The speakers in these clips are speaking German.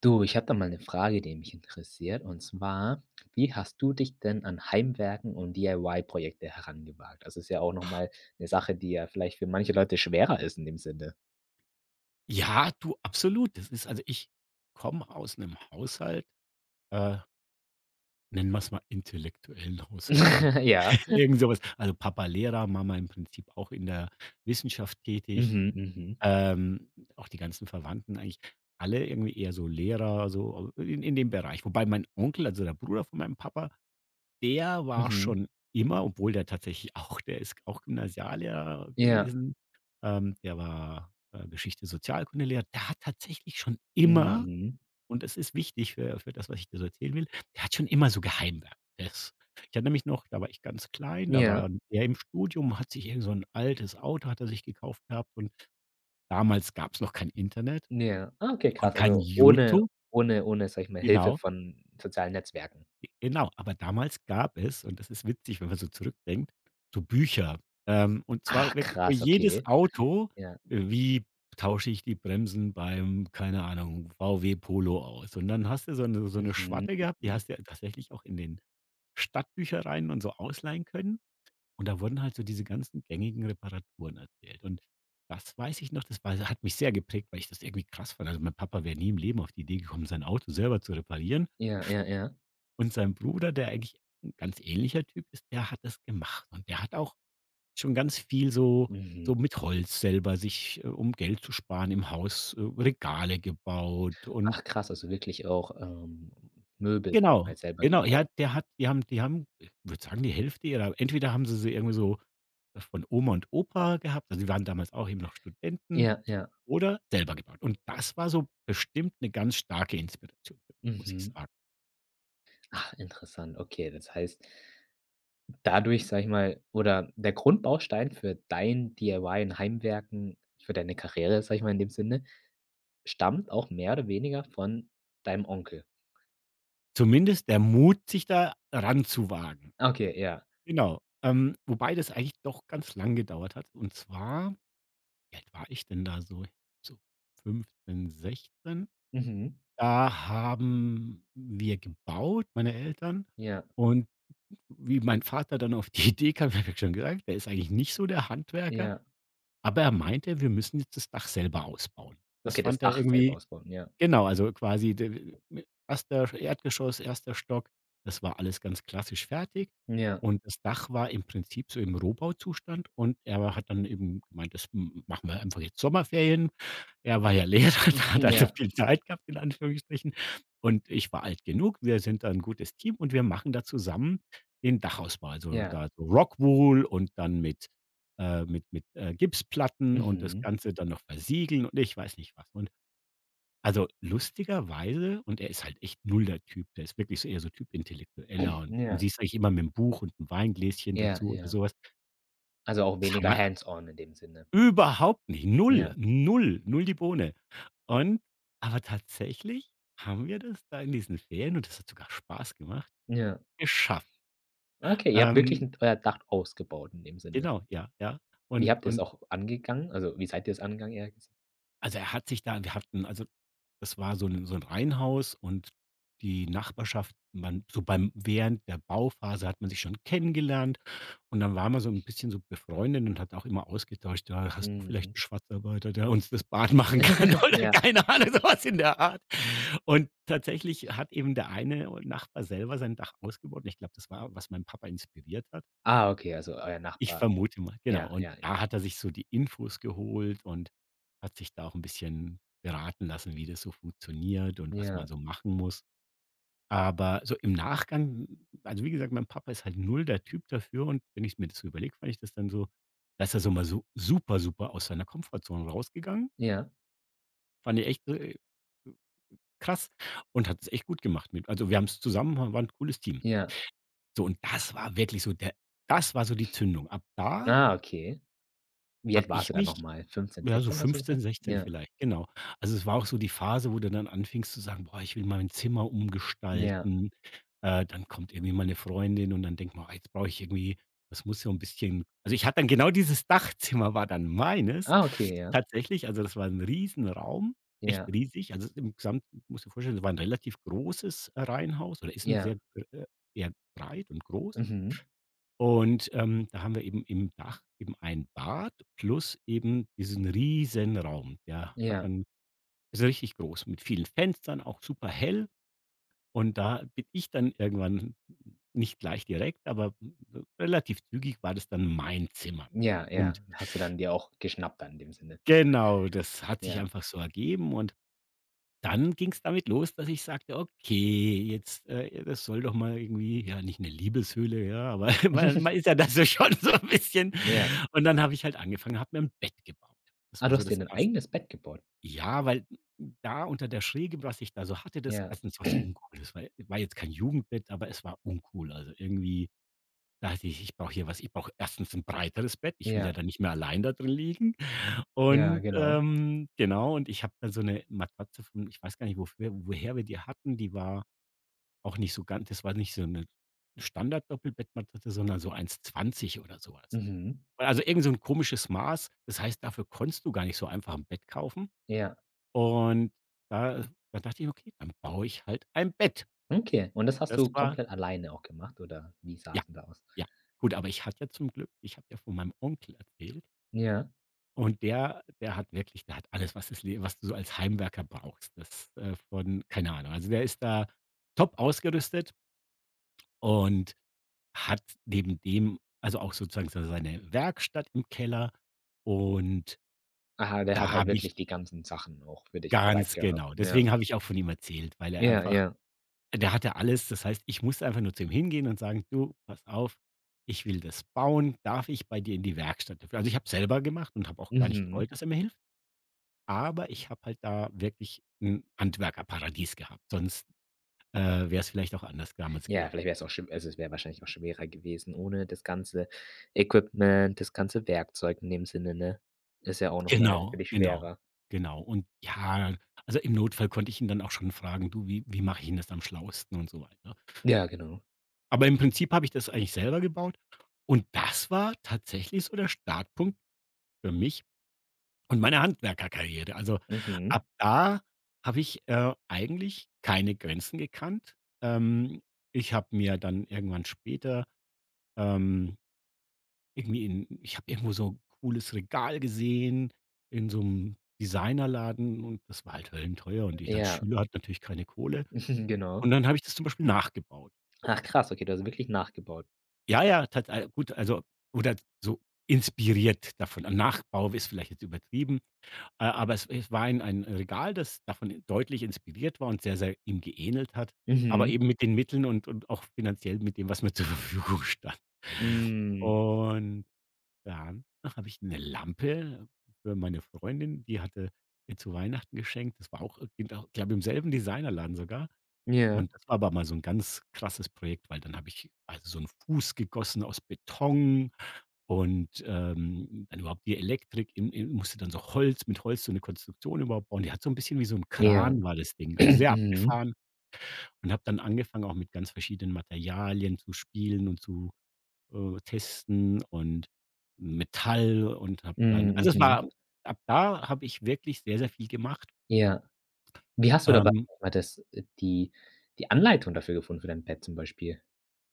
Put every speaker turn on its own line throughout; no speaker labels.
Du, ich habe da mal eine Frage, die mich interessiert, und zwar: Wie hast du dich denn an Heimwerken und DIY-Projekte herangewagt? Also, ist ja auch noch mal 'ne Sache, die ja vielleicht für manche Leute schwerer ist in dem Sinne.
Ja, du, absolut. Das ist Also, ich komme aus einem Haushalt, äh, nennen wir es mal intellektuellen Haushalt, ja.
Ja.
Irgend sowas. Also, Papa Lehrer, Mama im Prinzip auch in der Wissenschaft tätig.
Mhm, mhm,
Ähm, auch die ganzen Verwandten eigentlich alle irgendwie eher so Lehrer, so in dem Bereich. Wobei mein Onkel, also der Bruder von meinem Papa, der war
mhm.
schon immer, obwohl der tatsächlich auch der ist auch Gymnasiallehrer
Ja.
gewesen. Der war, Geschichte, Sozialkundelehrer. Der hat tatsächlich schon immer
Mhm.
und das ist wichtig für das, was ich dir so erzählen will. Der hat schon immer so Geheimwerkes. Ich hatte nämlich noch da war ich ganz klein, da
Ja,
war er im Studium, hat sich irgend so ein altes Auto hat er sich gekauft gehabt und damals gab es noch kein Internet
ja. Ah, okay,
und
krass.
kein
Also, ohne
YouTube.
ohne ohne, sag ich mal, Hilfe
Genau.
von sozialen Netzwerken.
Genau, aber damals gab es, und das ist witzig, wenn man so zurückdenkt, so Bücher. Und
Ah,
zwar wirklich für
krass,
jedes
okay.
Auto,
Ja.
wie tausche ich die Bremsen beim, keine Ahnung, VW Polo aus? Und dann hast du so eine so 'ne
Mhm,
Schwatte gehabt, die
mhm.
hast du ja tatsächlich auch in den Stadtbüchereien und so ausleihen können. Und da wurden halt so diese ganzen gängigen Reparaturen erzählt. Und das weiß ich noch, das war hat mich sehr geprägt, weil ich das irgendwie krass fand. Also, mein Papa wäre nie im Leben auf die Idee gekommen, sein Auto selber zu reparieren.
Ja, ja, ja.
Und sein Bruder, der eigentlich 'n ganz ähnlicher Typ ist, der hat das gemacht. Und der hat auch schon ganz viel so
Mhm.
mit Holz selber sich, um Geld zu sparen, im Haus, Regale gebaut und
Ach krass, also wirklich auch, Möbel, sag ich mal,
genau,
selber
genau. Ja,
gebaut.
der hat die haben ich würde sagen, die Hälfte ihrer entweder haben sie irgendwie so von Oma und Opa gehabt, also die waren damals auch eben noch Studenten,
Ja, ja.
oder selber gebaut. Und das war so bestimmt eine ganz starke Inspiration, muss ich
Mhm.
sagen.
Ach, interessant. Okay, das heißt, dadurch, sag ich mal, oder der Grundbaustein für dein DIY und Heimwerken, für deine Karriere, sag ich mal in dem Sinne, stammt auch mehr oder weniger von deinem Onkel?
Zumindest der Mut, sich da ranzuwagen.
Okay, ja.
Genau. Wobei das eigentlich doch ganz lang gedauert hat. Und zwar wie alt war ich denn da so? So 15, 16?
Mhm.
Da haben wir gebaut, meine Eltern.
Ja,
Und wie mein Vater dann auf die Idee kam, habe ich schon gesagt, der ist eigentlich nicht so der Handwerker,
ja.
aber er meinte, wir müssen jetzt das Dach selber ausbauen. Das
Okay, das
fand er
Dach selber
irgendwie.
ausbauen, ja.
Genau, also quasi d m erster Erdgeschoss, erster Stock. Das war alles ganz klassisch fertig
Ja.
und das Dach war im Prinzip so im Rohbauzustand und er hat dann eben gemeint: „Das m machen wir einfach jetzt Sommerferien." Er war ja Lehrer, da hat
Mhm,
also
ja,
viel Zeit gehabt in Anführungsstrichen und ich war alt genug. Wir sind da 'n gutes Team und wir machen da zusammen den Dachausbau. Also,
ja.
da so Rockwool und dann mit Gipsplatten und das
Mhm.
Ganze dann noch versiegeln und ich weiß nicht was. Und also, lustigerweise und er ist halt echt null der Typ. Der ist wirklich so eher so Typ Intellektueller und den
Ja,
siehst du eigentlich immer mit mit'm Buch und 'n Weingläschen
ja,
dazu oder
ja.
so was.
Also auch
Das haben
weniger
wir
hands on in dem Sinne.
überhaupt nicht. Null,
Ja,
null, null die Bohne. Und aber tatsächlich haben wir das da in diesen Ferien und das hat sogar Spaß gemacht,
ja.
geschafft.
Okay, ihr habt wirklich
Ähm,
'n euer Dach ausgebaut in dem Sinne.
genau, ja, ja.
Wie
Und
habt ihr's
und
auch angegangen? Also, wie seid ihr es angegangen, eher gesagt?
Also, er hat sich da wir hatten also, das war so ein Reihenhaus und die Nachbarschaft man so beim während der Bauphase hat man sich schon kennengelernt und dann war man so ein bisschen so befreundet und hat auch immer ausgetauscht: „Ja, hast du vielleicht
Mhm.
'n Schwarzarbeiter, der uns das Bad machen kann?" Oder
Ja.
keine Ahnung, so was in der Art. Und tatsächlich hat eben der eine Nachbar selber sein Dach ausgebaut und ich glaube, das war, was mein Papa inspiriert hat.
Ah, okay, also euer
Ich
Nachbar.
vermute mal, genau.
Ja,
Und
ja,
da hat er sich so die Infos geholt und hat sich da auch ein bisschen beraten lassen, wie das so funktioniert und was man
ja,
so machen muss. Aber so im Nachgang also, wie gesagt, mein Papa ist halt null der Typ dafür und wenn ich mir das so überlege, fand ich das dann so, dass er so mal so super, super aus seiner Komfortzone rausgegangen.
ja,
Fand ich echt, krass, und hat es echt gut gemacht mit also, wir haben es zusammen, war ein cooles Team.
ja.
So, und das war wirklich so der das war so die Zündung. Ab da
Ah, okay. Wie alt
habe
warst du
ich
da noch
mich.
mal? 15,
Ja, so
16 hast du
15
gesagt?
16
Ja,
vielleicht, genau. Also, es war auch so die Phase, wo du dann anfingst zu sagen: „Boah, ich will mein Zimmer
ja.
umgestalten." Dann kommt irgendwie mal 'ne Freundin und dann denkt man: „Ah, jetzt brauche ich irgendwie, das muss ja ein bisschen." Also, ich hatte dann genau dieses Dachzimmer war dann meines
Ah, okay, ja,
tatsächlich. Also, das war 'n Riesenraum, echt
ja,
riesig. Also, im Gesamten musst dir vorstellen, das war ein relativ großes, Reihenhaus, oder ist ein
ja.
sehr, eher breit und groß.
Mhm.
Und, da haben wir eben im Dach eben ein Bad plus eben diesen riesen Raum. Der hat
Ja,
dann ist richtig groß, mit vielen Fenstern, auch super hell. Und da bin ich dann irgendwann, nicht gleich direkt, aber relativ zügig, war das dann mein Zimmer.
ja,
Und
ja. Hast du dann dir auch geschnappt dann in dem Sinne?
genau, das hat sich
Ja.
einfach so ergeben und dann ging es damit los, dass ich sagte: „Okay, jetzt, ja, das soll doch mal irgendwie, ja, nicht eine Liebeshöhle, ja, aber man ist ja das so schon so ein bisschen."
Ja.
Und dann habe ich halt angefangen, habe mir ein Bett gebaut. Das
Ah,
war
du
so
hast dir
das
dein
1.
eigenes Bett gebaut?
Ja, weil da unter der Schräge, was ich da so hatte, das
Ja.
erstens was uncool. Das war jetzt kein Jugendbett, aber es war uncool. Also, irgendwie dachte ich: „Ich brauche hier was, ich brauche erstens ein breiteres Bett. Ich will ja
Ja,
dann nicht mehr allein da drin liegen."
ja,
Und,
genau.
genau, und ich habe dann so eine Matratze von ich weiß gar nicht, wofür woher wir die hatten. Die war auch nicht so ganz, das war nicht so eine Standard-Doppelbettmatratze, sondern so eins zwanzig oder sowas.
Mhm.
Also, irgend so ein komisches Maß. Das heißt, dafür konntest du gar nicht so einfach ein Bett kaufen.
Ja.
Und da da dachte ich: „Okay, dann baue ich halt ein Bett."
Okay, und das hast
Das
du
war
komplett alleine auch gemacht oder wie
ja,
sah's denn da aus?
ja. Gut, aber ich hatte ja zum Glück, ich habe ja von meinem Onkel erzählt.
Ja.
Und der hat wirklich, der hat alles, was das Le was du so als Heimwerker brauchst. Das, von keine Ahnung. Also, der ist da top ausgerüstet und hat neben dem also, auch sozusagen so seine Werkstatt im Keller und
Aha, der hat
da
halt
habe ich.
wirklich die ganzen Sachen auch für dich bereit
Ganz
gehabt.
genau.
Ja.
Deswegen habe ich auch von ihm erzählt, weil er
Ja,
einfach,
ja.
der hatte alles. Das heißt, ich musste einfach nur zu ihm hingehen und sagen: „Du, pass auf, ich will das bauen. Darf ich bei dir in die Werkstatt dafür?" Also, ich habe selber gemacht und habe auch gar nicht
Mhm.
gewollt, dass er mir hilft. Aber ich habe halt da wirklich ein Handwerkerparadies gehabt, sonst, äh, wäre es vielleicht auch anders damals
Ja,
gelaufen.
vielleicht wäre es auch schw, also, es wäre wahrscheinlich auch schwerer gewesen ohne das ganze Equipment, das ganze Werkzeug in dem Sinne, ne? Ist ja auch noch mal für
Genau,
dich
genau,
schwerer.
genau. Und ja, also, im Notfall konnte ich ihn dann auch schon fragen: „Du, wie mache ich denn das am schlauesten?" und so weiter, ne?
Ja, genau.
Aber im Prinzip habe ich das eigentlich selber gebaut und das war tatsächlich so der Startpunkt für mich und meine Handwerkerkarriere. Also,
Mhm.
ab da habe ich, eigentlich keine Grenzen gekannt. Ähm, ich habe mir dann irgendwann später, ähm irgendwie in, ich habe irgendwo so 'n cooles Regal gesehen in so einem Designerladen und das war halt höllenteuer und ich als
Ja,
Schüler hatte natürlich keine Kohle.
mhm, genau.
Und dann habe ich das zum Beispiel nachgebaut.
Ach krass, okay, du hast wirklich nachgebaut.
Ja, ja, tat al gut, also, oder so inspiriert davon. Ein Nachbau ist vielleicht jetzt übertrieben, aber es war ein Regal, das davon deutlich inspiriert war und sehr, sehr ihm geähnelt hat, aber
Mhm.
eben mit den Mitteln und auch finanziell mit dem, was mir zur Verfügung stand.
Hm.
Und dann habe ich eine Lampe für meine Freundin, die hatte, ihr zu Weihnachten geschenkt. Das war auch irgendwie da, glaube im selben Designerladen sogar.
Ja.
Und das war aber mal so ein ganz krasses Projekt, weil dann habe ich also so einen Fuß gegossen aus Beton und, dann überhaupt die Elektrik in musste dann so Holz mit Holz so eine Konstruktion überhaupt bauen. Die hat so ein bisschen wie so ein
Ja.
Kran war das Ding, also sehr
Mhm.
abgefahren, und habe dann angefangen, auch mit ganz verschiedenen Materialien zu spielen und zu testen, und Metall, und habe dann,
Mhm,
also, es
mhm.
war ab da habe ich wirklich sehr, sehr viel gemacht.
Ja. Wie hast du dabei
Ähm,
mal das die Anleitung dafür gefunden für dein Pad zum Beispiel?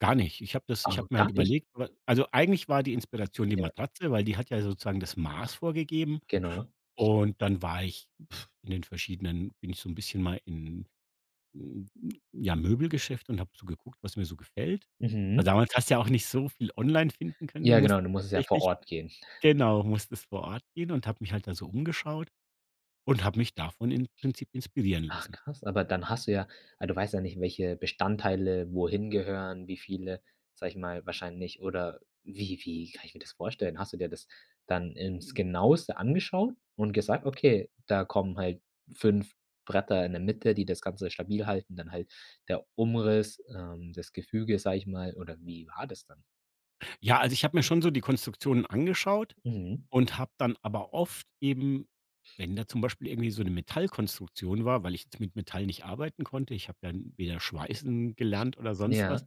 gar nicht. Ich habe das ich
Ach,
habe mir
gar
halt
nicht?
überlegt wa, also eigentlich war die Inspiration die
Ja,
Matratze, weil die hat ja sozusagen das Maß vorgegeben.
genau.
Und dann war ich in den verschiedenen, bin ich so 'n bisschen mal in, hm, ja, Möbelgeschäfte und habe so geguckt, was mir so gefällt. Also,
Mhm.
damals hast du ja auch nicht so viel online finden können,
Ja, genau, du
musstest
musst es ja vor
tatsächlich,
Ort gehen.
genau, musstest vor Ort gehen, und habe mich halt da so umgeschaut. Und habe mich davon im Prinzip inspirieren
Ach
lassen.
krass, aber dann hast du ja ah, du weißt ja nicht, welche Bestandteile wohin gehören, wie viele, sage ich mal, wahrscheinlich, oder wie wie kann ich mir das vorstellen? Hast du dir das dann ins Genaueste angeschaut und gesagt: „Okay, da kommen halt 5 Bretter in der Mitte, die das Ganze stabil halten, dann halt der Umriss, das Gefüge“, sage ich mal, oder wie war das dann?
Ja, also ich habe mir schon so die Konstruktionen angeschaut
Mhm.
und habe dann aber oft eben, wenn da zum Beispiel irgendwie so eine Metallkonstruktion war, weil ich jetzt mit Metall nicht arbeiten konnte, ich habe ja weder schweißen gelernt oder sonst was,
Ja.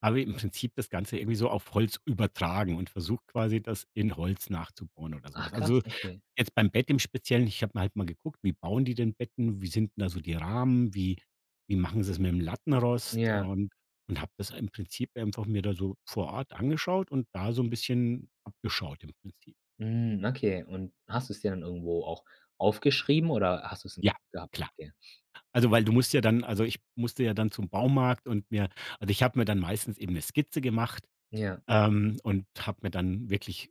habe im Prinzip das Ganze irgendwie so auf Holz übertragen und versucht quasi, das in Holz nachzubauen oder sowas.
Ach krass,
Also,
okay.
jetzt beim Bett im Speziellen, ich habe halt mal geguckt, wie bauen die denn Betten? Wie sind denn da so die Rahmen? Wie wie machen sie's mit dem Lattenrost?
Ja.
Und habe das im Prinzip einfach mir da so vor Ort angeschaut und da so ein bisschen abgeschaut im Prinzip.
Hm, okay. Und hast du's dir dann irgendwo auch aufgeschrieben oder hast du's 'n
Ja,
gehabt?
klar.
Okay.
Also, weil du musst ja dann, also ich musste ja dann zum Baumarkt und mir, also ich habe mir dann meistens eben eine Skizze gemacht,
Ja,
und habe mir dann wirklich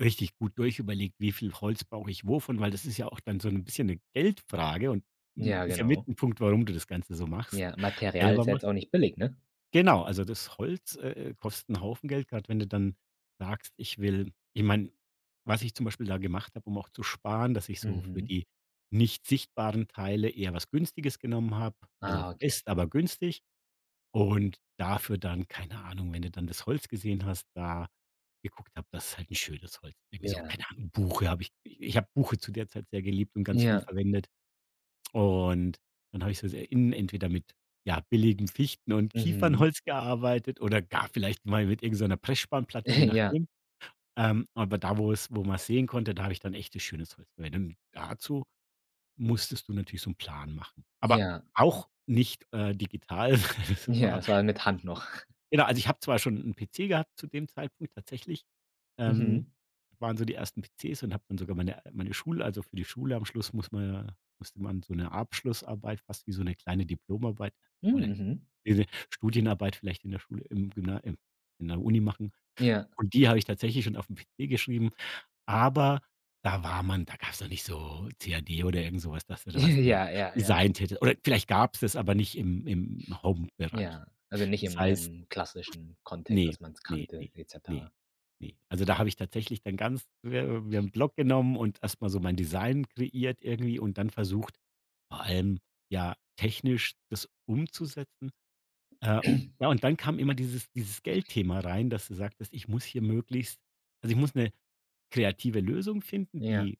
richtig gut durchüberlegt, wie viel Holz brauche ich wovon, weil das ist ja auch dann so ein bisschen eine Geldfrage und,
ja,
ist ja mit
genau.
ein Punkt, warum du das Ganze so machst,
Ja, Material
selber
ist ja jetzt
machst.
auch nicht billig, ne?
Genau, also das Holz, kostet einen Haufen Geld, gerade wenn du dann sagst: „Ich will“, ich meine, was ich zum Beispiel da gemacht habe, um auch zu sparen, dass ich so für
Mhm.
die nicht sichtbaren Teile eher was Günstiges genommen habe, also
Ah, okay.
fest, aber günstig. Und dafür dann, keine Ahnung, wenn du dann das Holz gesehen hast, da geguckt habe, das ist halt ein schönes Holz. Irgendwie so,
Ja,
keine Ahnung, Buche habe ich habe Buche zu der Zeit sehr geliebt und ganz viel
ja,
verwendet. Und dann habe ich so sehr innen entweder mit, ja, billigem Fichten und
mhm.
Kiefernholz gearbeitet oder gar vielleicht mal mit irgendeiner Pressspanplatte, je
Ja,
nachdem. Aber da, wo es, wo man's sehen konnte, da habe ich dann echtes schönes Holz verwendet. Und dazu musstest du natürlich so einen Plan machen. Aber
ja,
auch nicht, digital. Das
ja,
war,
es war mit Hand noch.
genau, also ich habe zwar schon 'n PC gehabt zu dem Zeitpunkt tatsächlich, ähm,
Mhm.
waren so die ersten PCs, und habe dann sogar meine Schule, also für die Schule am Schluss muss man ja, musste man so 'ne Abschlussarbeit, fast wie so 'ne kleine Diplomarbeit
Hm,
oder
mhm.
diese Studienarbeit vielleicht in der Schule, im Gymna, im in der Uni machen.
Ja.
Und die habe ich tatsächlich schon aufm PC geschrieben, aber da war man, da gab's noch nicht so CAD oder irgend so was, dass du da was da
Ja, ja, ja,
designt hätte, oder vielleicht gab's das, aber nicht im Home-Bereich.
ja. Also nicht
Das
im
heißt,
im klassischen Kontext,
ne,
dass man es
ne, ne,
kannte et
ne,
cetera.
ne. Also, da habe ich tatsächlich dann ganz wir, wir haben Block genommen und erst mal so mein Design kreiert irgendwie und dann versucht, vor allem, ja, technisch das umzusetzen. Äh, ja, und dann kam immer dieses Geldthema rein, dass du sagtest: „Ich muss hier möglichst, also ich muss 'ne kreative Lösung finden,
Ja,
die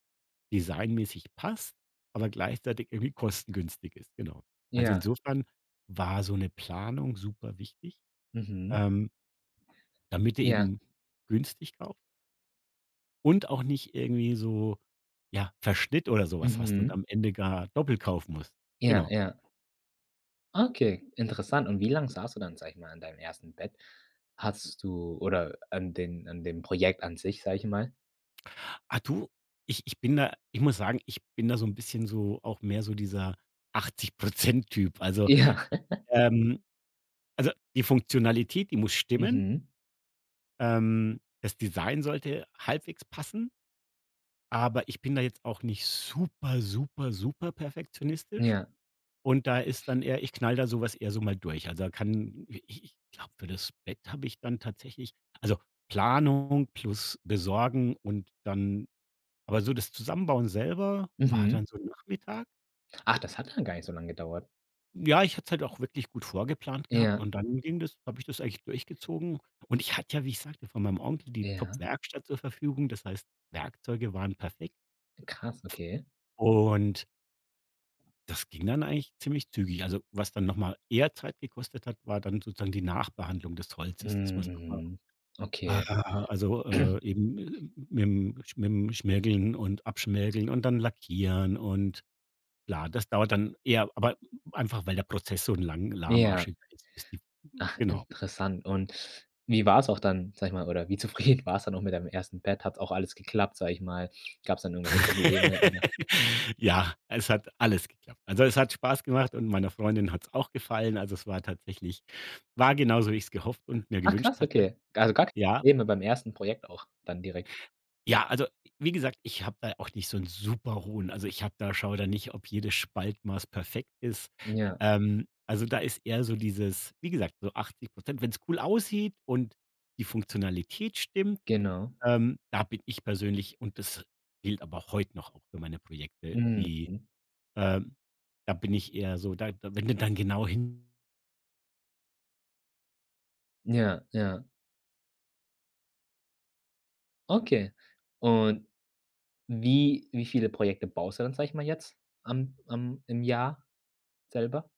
designmäßig passt, aber gleichzeitig irgendwie kostengünstig ist.“ Genau. Also,
ja,
insofern war so 'ne Planung super wichtig.
mhm.
Ähm damit du
Ja,
eben günstig kaufst und auch nicht irgendwie so, ja, Verschnitt oder sowas hast und
mhm.
am Ende gar doppelt kaufen musst.
Ja,
Genau.
ja. Okay, interessant. Und wie lange saßt du dann, sag ich mal, an deinem ersten Bett? Hast du, oder an den an dem Projekt an sich, sag ich mal?
Ah, du, ich bin da, ich muss sagen, ich bin da so ein bisschen so auch mehr so dieser 80% Typ.
Ja.
Ähm also, die Funktionalität, die muss stimmen.
Mhm.
Das Design sollte halbwegs passen, aber ich bin da jetzt auch nicht super, super, super perfektionistisch.
Ja.
Und da ist dann eher, ich knall da sowas eher so mal durch. Also, da kann ich, ich glaube, für das Bett habe ich dann tatsächlich, also Planung plus besorgen und dann, aber so das Zusammenbauen selber war dann
Mhm.
so Nachmittag.
Ach, das hat dann gar nicht so lange gedauert.
Ja, ich hatte es halt auch wirklich gut vorgeplant gehabt
Ja,
und dann ging das, habe ich das eigentlich durchgezogen. Und ich hatte ja, wie ich sagte, von meinem Onkel die
ja.
Top-Werkstatt zur Verfügung. Das heißt, Werkzeuge waren perfekt,
Krass, okay.
und das ging dann eigentlich ziemlich zügig. Also, was dann nochmal eher Zeit gekostet hat, war dann sozusagen die Nachbehandlung des Holzes, dass man
Mhm,
noch mal,
mhm. Okay.
ah, also, äh, eben, äh, mit'm Sch, mit'm Schmirgeln und Abschmirgeln und dann lackieren und, klar, das dauert dann eher, aber einfach, weil der Prozess so ein lang
Ja.
lahmarschiger ist, bis die,
Ach,
genau.
interessant. Und wie war es auch dann, sage ich mal, oder wie zufrieden warst dann auch mit deinem ersten Bett? Hat's auch alles geklappt, sage ich mal? Gab es dann irgendwelche Probleme oder
Ja, es hat alles geklappt. Also, es hat Spaß gemacht und meiner Freundin hat es auch gefallen. Also, es war tatsächlich, war genauso, wie ich es gehofft und mir
ach
gewünscht
krass,
hatte.
okay. Also, gar keine
Ja,
Probleme beim ersten Projekt auch dann direkt?
ja, also wie gesagt, ich habe da auch nicht so 'n super hohen, also ich habe da, schaue da nicht, ob jedes Spaltmaß perfekt ist.
Ja,
Also, da ist eher so dieses, wie gesagt, so 80 es cool aussieht und die Funktionalität stimmt,
genau.
da bin ich persönlich, und das gilt aber auch heute noch auch für meine Projekte,
Mhm.
die, ähm, da bin ich eher so da, da, wenn du dann genau hin
Ja, ja. Okay. Und wie wie viele Projekte baust du dann, sage ich mal jetzt am am im Jahr selber?